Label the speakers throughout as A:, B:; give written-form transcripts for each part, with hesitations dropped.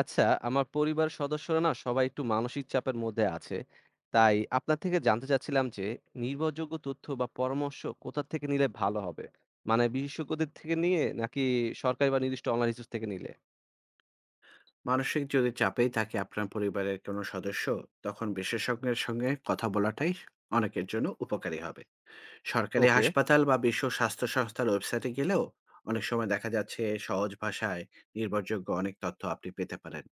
A: আচ্ছা, আমার পরিবারের সদস্যরা না সবাই একটু মানসিক চাপের মধ্যে আছে। তাই আপনার থেকে জানতে চাচ্ছিলাম যে নির্ভরযোগ্য তথ্য বা পরামর্শ কোথা থেকে নিলে ভালো হবে? মানে বিশেষজ্ঞদের থেকে নিয়ে নাকি সরকারি বা নির্দিষ্ট অনলাইন রিসোর্স থেকে নিলে?
B: মানসিক যদি চাপেই থাকে আপনার পরিবারের কোনো সদস্য তখন বিশেষজ্ঞের সঙ্গে কথা বলাটাই অনেকের জন্য উপকারী হবে। সরকারি
A: ওকে,
B: হাসপাতাল বা বিশ্ব স্বাস্থ্য সংস্থার ওয়েবসাইটে গেলেও অনেক সময় দেখা যাচ্ছে সহজ ভাষায় নির্ভরযোগ্য অনেক তথ্য আপনি পেতে পারেন।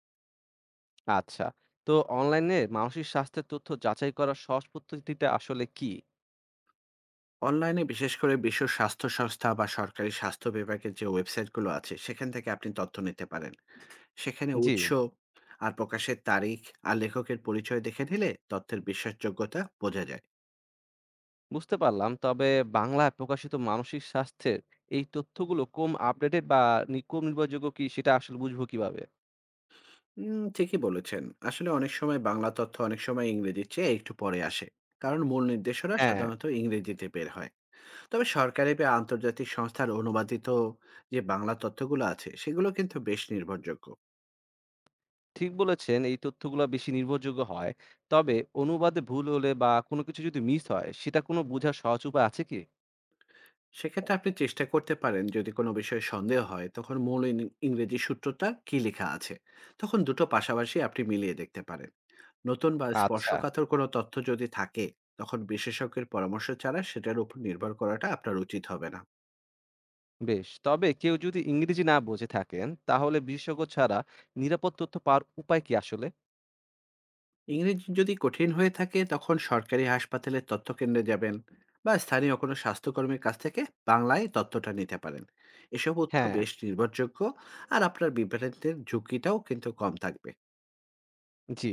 A: আচ্ছা। তো অনলাইনে মানসিক স্বাস্থ্যের তথ্য যাচাই করার সহজ পদ্ধতিটা আসলে কি?
B: অনলাইনে বিশেষ করে বিশ্ব স্বাস্থ্য সংস্থা বা সরকারি স্বাস্থ্য বিভাগের যে ওয়েবসাইটগুলো আছে সেখান থেকে আপনি তথ্য নিতে পারেন। সেখানে
A: জি,
B: উৎস আর প্রকাশের তারিখ আর লেখকের পরিচয় দেখে নিলে তথ্যের বিশ্বাসযোগ্যতা বোঝা যায়।
A: বুঝতে পারলাম। তবে বাংলায় প্রকাশিত মানসিক স্বাস্থ্যের এই তথ্যগুলো কম আপডেটেড বা কম নির্ভরযোগ্য কি সেটা আসলে বুঝবো কিভাবে?
B: ঠিকই বলেছেন। আসলে অনেক সময় বাংলা তথ্য অনেক সময় ইংরেজির চেয়ে একটু পরে আসে। কারণ মূল নির্দেশনা
A: হ্যাঁ।
B: সাধারণত ইংরেজিতে বের হয়। তবে সরকারি বা আন্তর্জাতিক সংস্থার অনুবাদিত যে বাংলা তথ্যগুলো আছে, সেগুলো কিন্তু বেশ নির্ভরযোগ্য।
A: ঠিক বলেছেন, এই তথ্যগুলা বেশি নির্ভরযোগ্য হয়। তবে অনুবাদে ভুল হলে বা কোনো কিছু যদি মিস হয়, সেটা কোনো বোঝার সহজ উপায় আছে কি?
B: সেক্ষেত্রে আপনি চেষ্টা করতে পারেন, যদি কোনো বিষয়ে সন্দেহ হয়, তখন মূল ইংরেজি সূত্রটা কী লেখা আছে? তখন দুটো পাশাপাশি আপনি মিলিয়ে দেখতে পারেন। নতুন বা
A: আচ্ছা,
B: স্পর্শকাতর কোনো তথ্য যদি থাকে, তখন বিশেষজ্ঞের পরামর্শ ছাড়া সেটার উপর নির্ভর করাটা আপনার উচিত হবে না।
A: বেশ। তবে কেউ যদি ইংরেজি না বুঝে থাকেন, তাহলে বিশেষজ্ঞ ছাড়া নিরাপদ তথ্য পাওয়ার উপায় কি আসলে?
B: ইংরেজি যদি কঠিন হয়ে থাকে তখন সরকারি হাসপাতালের তথ্যকেন্দ্রে যাবেন বা স্থানীয় কোনো স্বাস্থ্যকর্মীর কাছ থেকে বাংলায় তথ্যটা নিতে পারেন। এসব উৎস
A: হ্যাঁ,
B: বেশ নির্ভরযোগ্য, আর আপনার বিভ্রান্তির ঝুঁকিটাও কিন্তু কম থাকবে।
A: জি।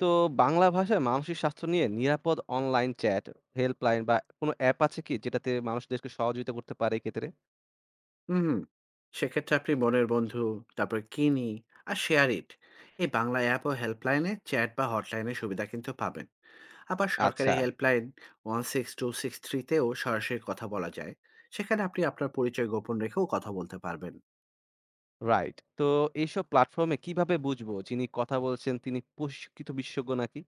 A: তো বাংলা ভাষায় মানসিক স্বাস্থ্য নিয়ে নিরাপদ অনলাইন চ্যাট, হেল্পলাইন বা কোনো অ্যাপ আছে কি, যেটাতে মানুষদেরকে সহযোগিতা করতে পারে এক্ষেত্রে?
B: হুম সেক্ষেত্রে আপনি মনের বন্ধু, তারপর কিনি, আর শেয়ার ইট, এই বাংলা অ্যাপ ও হেল্পলাইনে চ্যাট বা হটলাইনের সুবিধা কিন্তু পাবেন। আবার
A: আচ্ছা,
B: সরকারি helpline one six two six থ্রিতেও সরাসরি কথা বলা যায়। সেখানে আপনি আপনার পরিচয় গোপন রেখেও কথা বলতে পারবেন।
A: রাইট। তো এইসব প্ল্যাটফর্মে কিভাবে বুঝবো যিনি কথা বলছেন তিনি প্রশিক্ষিত বিশেষজ্ঞ নাকি?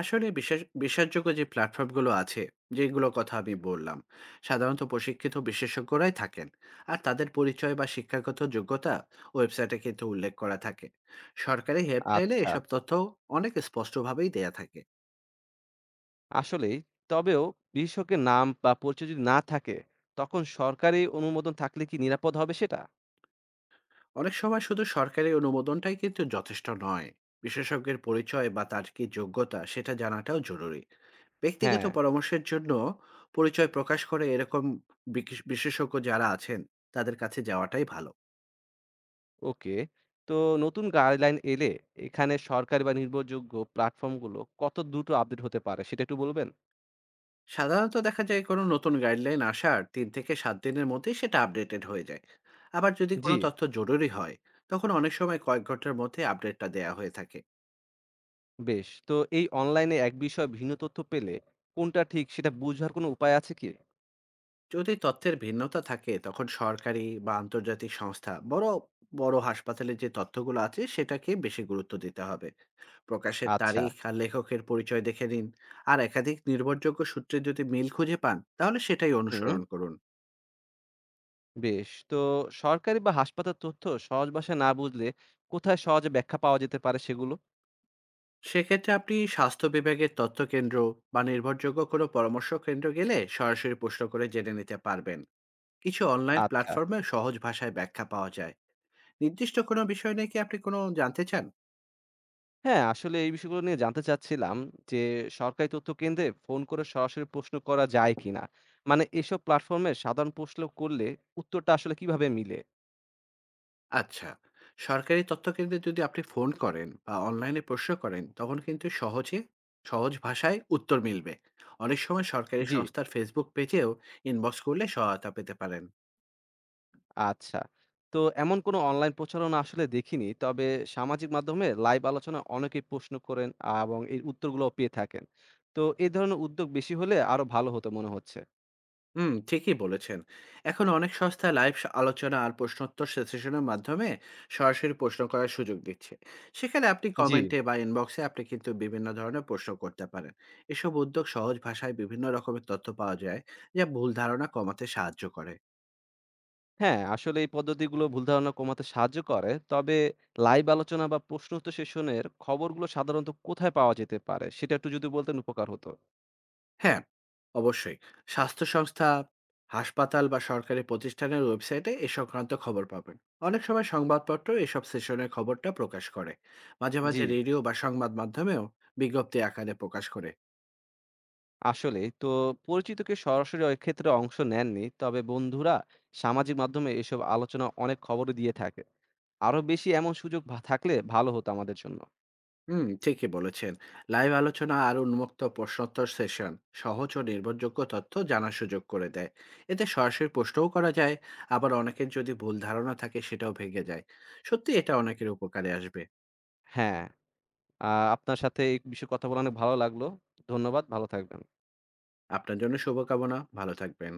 B: আসলে বিশ্বাসযোগ্য যে প্ল্যাটফর্মগুলো আছে, যেগুলোর কথা আমি বললাম, সাধারণত প্রশিক্ষিত বিশেষজ্ঞরাই থাকেন। আর তাদের পরিচয় বা শিক্ষাগত যোগ্যতা ওয়েবসাইটে কিন্তু উল্লেখ করা থাকে। সরকারি হেল্পলাইনে
A: আচ্ছা,
B: এসব তথ্য অনেক স্পষ্টভাবেই দেয়া থাকে।
A: আসলেই। তবেও বিশেষজ্ঞের নাম বা পরিচয় যদি না থাকে, তখন সরকারি অনুমোদন থাকলে কি নিরাপদ হবে সেটা?
B: অনেক সময় শুধু সরকারি অনুমোদনটাই কিন্তু যথেষ্ট নয়, বিশেষজ্ঞের পরিচয় বা তার কি যোগ্যতা সেটা জানাটাও জরুরি। ব্যক্তিগত
A: হ্যাঁ,
B: পরামর্শের জন্য পরিচয় প্রকাশ করে এরকম বিশেষজ্ঞ যারা আছেন তাদের কাছে যাওয়াটাই ভালো।
A: ওকে। তো নতুন গাইডলাইন এলে এখানে সরকারি বা নির্ভরযোগ্য প্ল্যাটফর্মগুলো কত দ্রুত আপডেট হতে পারে সেটা একটু বলবেন?
B: সাধারণত দেখা যায় কোনো নতুন গাইডলাইন আসার 3 থেকে 7 দিনের মধ্যেই সেটা আপডেটেড হয়ে যায়। আবার যদি
A: জি,
B: কোনো তথ্য জরুরি হয় তখন অনেক সময় কয়েক ঘন্টার মধ্যে আপডেটটা দেয়া হয়ে থাকে।
A: বেশ। তো এই অনলাইনে এক বিষয়ে ভিন্ন তথ্য পেলে কোনটা ঠিক সেটা বুঝার কোনো উপায় আছে কি?
B: যদি তথ্যের ভিন্নতা থাকে তখন সরকারি বা আন্তর্জাতিক সংস্থা, বড় বড় হাসপাতালের যে তথ্যগুলো আছে সেটাকে বেশি গুরুত্ব দিতে হবে। প্রকাশের
A: আচ্ছা,
B: তারিখ আর লেখকের পরিচয় দেখে নিন, আর একাধিক নির্ভরযোগ্য সূত্রে যদি মিল খুঁজে পান তাহলে সেটাই
A: হুম,
B: অনুসরণ করুন।
A: বেশ। তো সরকারি বা হাসপাতাল তথ্য সহজ ভাষায় না বুঝলে কোথায় সহজে ব্যাখ্যা পাওয়া যেতে পারে সেগুলো?
B: সেক্ষেত্রে আপনি স্বাস্থ্য বিভাগের তথ্য কেন্দ্র বা নির্ভরযোগ্য কোনো পরামর্শ কেন্দ্র গেলে সরাসরি প্রশ্ন করে জেনে নিতে পারবেন। কিছু অনলাইন
A: আচ্ছা।
B: প্ল্যাটফর্মে সহজ ভাষায় ব্যাখ্যা পাওয়া যায়। নির্দিষ্ট কোনো বিষয় নিয়ে কি আপনি কোনো জানতে চান?
A: হ্যাঁ, আসলে এই বিষয়গুলো নিয়ে জানতে চাচ্ছিলাম যে, সরকারি তথ্য কেন্দ্রে ফোন করে সরাসরি প্রশ্ন করা যায় কিনা? মানে এসব প্ল্যাটফর্মে সাধারণ প্রশ্ন করলে উত্তরটা আসলে কিভাবে মিলে?
B: আচ্ছা, সরকারি তথ্য কেন্দ্রে যদি আপনি ফোন করেন বা অনলাইনে প্রশ্ন করেন তখন কিন্তু সহজ ভাষায় উত্তর মিলবে। অনেক সময় সরকারি
A: জি।
B: সংস্থার ফেসবুক পেজেও ইনবক্স করলে সহায়তা পেতে পারেন।
A: আচ্ছা। তো এমন কোনো অনলাইন প্রচারণা আসলে দেখিনি। তবে সামাজিক মাধ্যমে লাইভ আলোচনায় অনেকেই প্রশ্ন করেন এবং এর উত্তরগুলোও পেয়ে থাকেন। তো এই ধরনের উদ্যোগ বেশি হলে আরো ভালো হতো মনে হচ্ছে।
B: ঠিকই বলেছেন। এখন অনেক সংস্থা লাইভ আলোচনা আর প্রশ্নোত্তর সেশনের মাধ্যমে সরাসরি প্রশ্ন করার সুযোগ দিচ্ছে। সেখানে আপনি
A: জি।
B: কমেন্টে বা ইনবক্সে আপনি কিন্তু বিভিন্ন ধরনের প্রশ্ন করতে পারেন। এসব উদ্যোগ সহজ ভাষায় বিভিন্ন রকমের তথ্য পাওয়া যায়, যা ভুল ধারণা কমাতে সাহায্য করে।
A: হ্যাঁ, আসলে এই পদ্ধতিগুলো ভুল ধারণা কমাতে সাহায্য করে। তবে লাইভ আলোচনা বা প্রশ্নোত্তর সেশনের খবরগুলো সাধারণত কোথায় পাওয়া যেতে পারে? সেটা একটু যদি বলতেন উপকার হতো।
B: হ্যাঁ, অবশ্যই। স্বাস্থ্য সংস্থা, হাসপাতাল বা সরকারি প্রতিষ্ঠানের ওয়েবসাইটে এ সংক্রান্ত খবর পাবেন। অনেক সময় সংবাদপত্র এসব সেশনের খবরটা প্রকাশ করে। মাঝে,
A: জি,
B: মাঝে রেডিও বা সংবাদ মাধ্যমেও বিজ্ঞপ্তি আকারে প্রকাশ করে।
A: আসলেই। তো পরিচিত কেউ সরাসরি এক্ষেত্রে অংশ নেননি। তবে বন্ধুরা সামাজিক মাধ্যমে এসব আলোচনা অনেক খবরই দিয়ে থাকে। আরো বেশি এমন সুযোগ থাকলে ভালো হতো আমাদের জন্য।
B: ঠিকই বলেছেন। লাইভ আলোচনা আর উন্মুক্ত প্রশ্নোত্তর সেশন সহজ ও নির্ভরযোগ্য তথ্য জানার সুযোগ করে দেয়। এতে সরাসরি প্রশ্নও করা যায়, আবার অনেকের যদি ভুল ধারণা থাকে সেটাও ভেঙে যায়। সত্যি এটা অনেকের উপকারে আসবে।
A: হ্যাঁ, আ আপনার সাথে এই বিষয়ে কথা বলে অনেক ভালো লাগলো। ধন্যবাদ, ভালো থাকবেন।
B: আপনার জন্য শুভকামনা। ভালো থাকবেন।